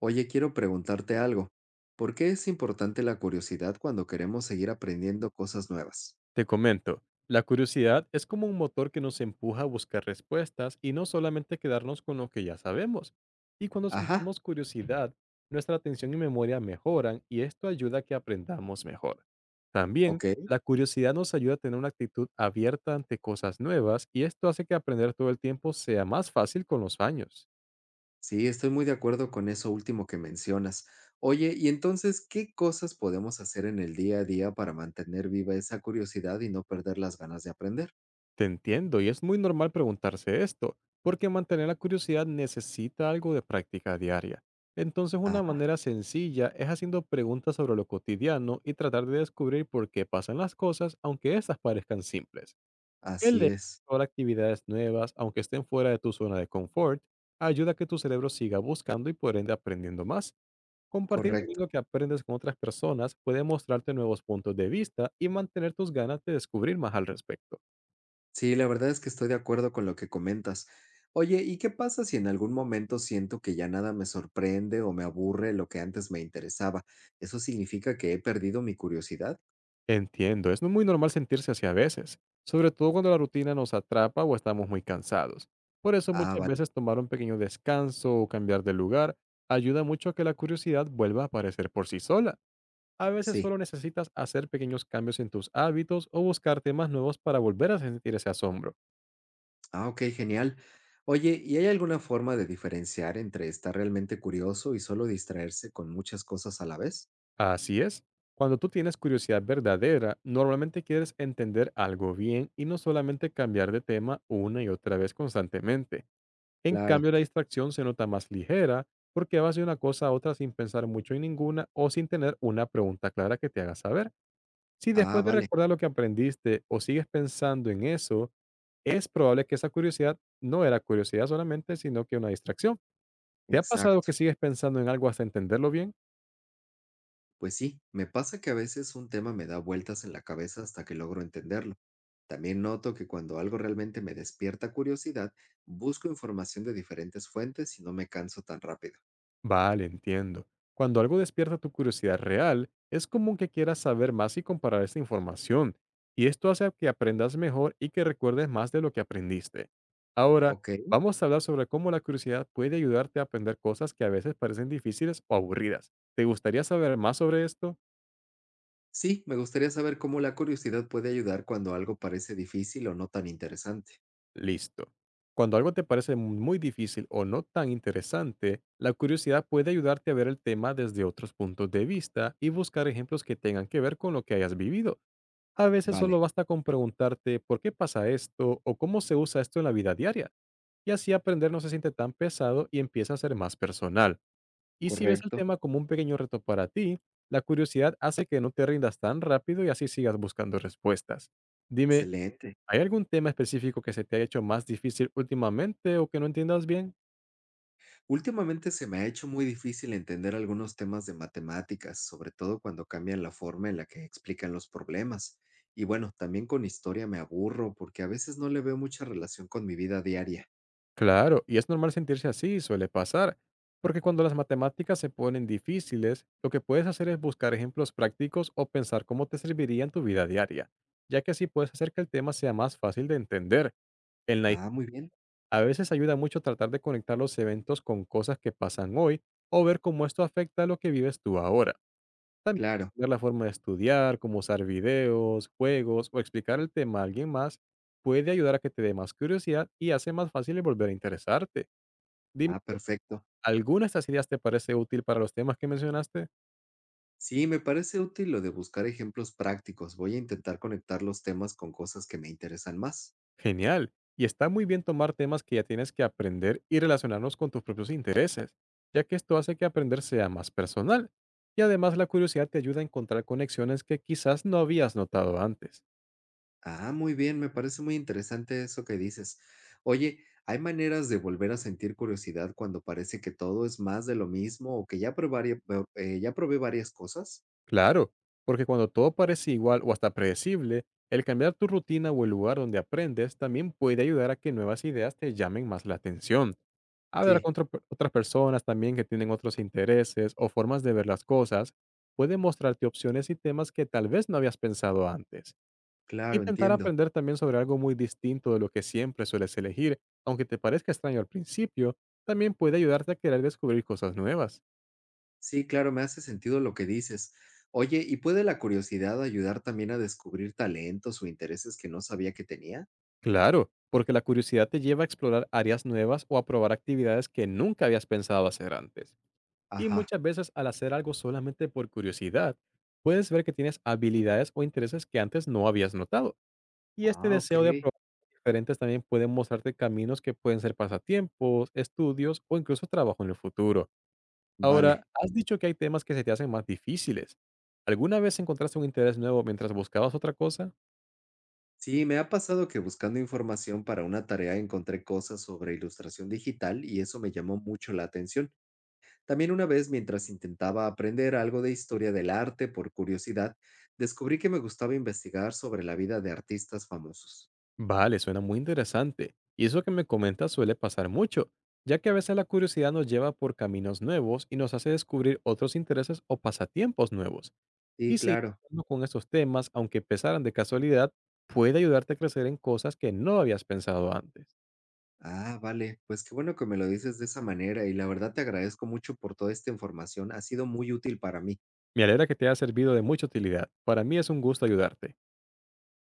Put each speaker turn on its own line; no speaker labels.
Oye, quiero preguntarte algo. ¿Por qué es importante la curiosidad cuando queremos seguir aprendiendo cosas nuevas?
Te comento, la curiosidad es como un motor que nos empuja a buscar respuestas y no solamente quedarnos con lo que ya sabemos. Y cuando
Ajá,
sentimos curiosidad, nuestra atención y memoria mejoran, y esto ayuda a que aprendamos mejor. También,
ok.
la curiosidad nos ayuda a tener una actitud abierta ante cosas nuevas, y esto hace que aprender todo el tiempo sea más fácil con los años.
Sí, estoy muy de acuerdo con eso último que mencionas. Oye, y entonces, ¿qué cosas podemos hacer en el día a día para mantener viva esa curiosidad y no perder las ganas de aprender?
Te entiendo, y es muy normal preguntarse esto, porque mantener la curiosidad necesita algo de práctica diaria. Entonces, una
Ajá,
manera sencilla es haciendo preguntas sobre lo cotidiano y tratar de descubrir por qué pasan las cosas, aunque estas parezcan simples. El
así
leer
es,
sobre actividades nuevas, aunque estén fuera de tu zona de confort, ayuda a que tu cerebro siga buscando y por ende aprendiendo más. Compartir también
correcto.
lo que aprendes con otras personas puede mostrarte nuevos puntos de vista y mantener tus ganas de descubrir más al respecto.
Sí, la verdad es que estoy de acuerdo con lo que comentas. Oye, ¿y qué pasa si en algún momento siento que ya nada me sorprende o me aburre lo que antes me interesaba? ¿Eso significa que he perdido mi curiosidad?
Entiendo, es muy normal sentirse así a veces, sobre todo cuando la rutina nos atrapa o estamos muy cansados. Por eso
Ah,
muchas
vale.
veces tomar un pequeño descanso o cambiar de lugar ayuda mucho a que la curiosidad vuelva a aparecer por sí sola. A veces
Sí.
solo necesitas hacer pequeños cambios en tus hábitos o buscar temas nuevos para volver a sentir ese asombro.
Ah, ok, genial. Oye, ¿y hay alguna forma de diferenciar entre estar realmente curioso y solo distraerse con muchas cosas a la vez?
Así es, cuando tú tienes curiosidad verdadera, normalmente quieres entender algo bien y no solamente cambiar de tema una y otra vez constantemente. En
Claro.
cambio, la distracción se nota más ligera, porque vas de una cosa a otra sin pensar mucho en ninguna o sin tener una pregunta clara que te haga saber. Si
Ah,
después de
vale.
recordar lo que aprendiste o sigues pensando en eso, es probable que esa curiosidad no era curiosidad solamente, sino que una distracción. ¿Te ha pasado
Exacto.
que sigues pensando en algo hasta entenderlo bien?
Pues sí, me pasa que a veces un tema me da vueltas en la cabeza hasta que logro entenderlo. También noto que cuando algo realmente me despierta curiosidad, busco información de diferentes fuentes y no me canso tan rápido.
Vale, entiendo. Cuando algo despierta tu curiosidad real, es común que quieras saber más y comparar esta información, y esto hace que aprendas mejor y que recuerdes más de lo que aprendiste. Ahora,
Ok,
vamos a hablar sobre cómo la curiosidad puede ayudarte a aprender cosas que a veces parecen difíciles o aburridas. ¿Te gustaría saber más sobre esto?
sí, me gustaría saber cómo la curiosidad puede ayudar cuando algo parece difícil o no tan interesante.
Listo. Cuando algo te parece muy difícil o no tan interesante, la curiosidad puede ayudarte a ver el tema desde otros puntos de vista y buscar ejemplos que tengan que ver con lo que hayas vivido. A veces solo
Vale,
basta con preguntarte por qué pasa esto o cómo se usa esto en la vida diaria, y así aprender no se siente tan pesado y empieza a ser más personal. Y si ves el
correcto,
tema como un pequeño reto para ti, la curiosidad hace que no te rindas tan rápido y así sigas buscando respuestas. Dime,
excelente.
¿hay algún tema específico que se te ha hecho más difícil últimamente o que no entiendas bien?
Últimamente se me ha hecho muy difícil entender algunos temas de matemáticas, sobre todo cuando cambian la forma en la que explican los problemas. Y bueno, también con historia me aburro porque a veces no le veo mucha relación con mi vida diaria.
Claro, y es normal sentirse así, suele pasar, porque cuando las matemáticas se ponen difíciles, lo que puedes hacer es buscar ejemplos prácticos o pensar cómo te serviría en tu vida diaria, ya que así puedes hacer que el tema sea más fácil de entender. En la, hi-
Ah, muy bien.
a veces ayuda mucho tratar de conectar los eventos con cosas que pasan hoy o ver cómo esto afecta a lo que vives tú ahora. También,
Claro.
ver la forma de estudiar, cómo usar videos, juegos o explicar el tema a alguien más puede ayudar a que te dé más curiosidad y hace más fácil el volver a interesarte. Dime,
Ah, perfecto.
¿alguna de estas ideas te parece útil para los temas que mencionaste?
Sí, me parece útil lo de buscar ejemplos prácticos. Voy a intentar conectar los temas con cosas que me interesan más.
Genial. Y está muy bien tomar temas que ya tienes que aprender y relacionarnos con tus propios intereses, ya que esto hace que aprender sea más personal. Y además, la curiosidad te ayuda a encontrar conexiones que quizás no habías notado antes.
Ah, muy bien, me parece muy interesante eso que dices. Oye, ¿hay maneras de volver a sentir curiosidad cuando parece que todo es más de lo mismo o que ya probé varias cosas?
Claro, porque cuando todo parece igual o hasta predecible, el cambiar tu rutina o el lugar donde aprendes también puede ayudar a que nuevas ideas te llamen más la atención. Hablar
Sí,
con otras personas también que tienen otros intereses o formas de ver las cosas puede mostrarte opciones y temas que tal vez no habías pensado antes.
claro,
Intentar
entiendo.
aprender también sobre algo muy distinto de lo que siempre sueles elegir, aunque te parezca extraño al principio, también puede ayudarte a querer descubrir cosas nuevas.
Sí, claro, me hace sentido lo que dices. Oye, ¿y puede la curiosidad ayudar también a descubrir talentos o intereses que no sabía que tenía?
Claro, porque la curiosidad te lleva a explorar áreas nuevas o a probar actividades que nunca habías pensado hacer antes. Y
Ajá.
muchas veces, al hacer algo solamente por curiosidad, puedes ver que tienes habilidades o intereses que antes no habías notado. Y este
Ah, ok.
deseo de probar cosas diferentes también puede mostrarte caminos que pueden ser pasatiempos, estudios o incluso trabajo en el futuro. Ahora,
Vale.
has dicho que hay temas que se te hacen más difíciles. ¿Alguna vez encontraste un interés nuevo mientras buscabas otra cosa?
Sí, me ha pasado que buscando información para una tarea encontré cosas sobre ilustración digital y eso me llamó mucho la atención. También una vez, mientras intentaba aprender algo de historia del arte por curiosidad, descubrí que me gustaba investigar sobre la vida de artistas famosos.
Vale, suena muy interesante. Y eso que me comentas suele pasar mucho, ya que a veces la curiosidad nos lleva por caminos nuevos y nos hace descubrir otros intereses o pasatiempos nuevos. Y
Y
seguir
claro.
hablando con esos temas, aunque pesaran de casualidad, puede ayudarte a crecer en cosas que no habías pensado antes.
Ah, vale, pues qué bueno que me lo dices de esa manera y la verdad te agradezco mucho por toda esta información, ha sido muy útil para mí.
Me alegra que te haya servido de mucha utilidad. Para mí es un gusto ayudarte.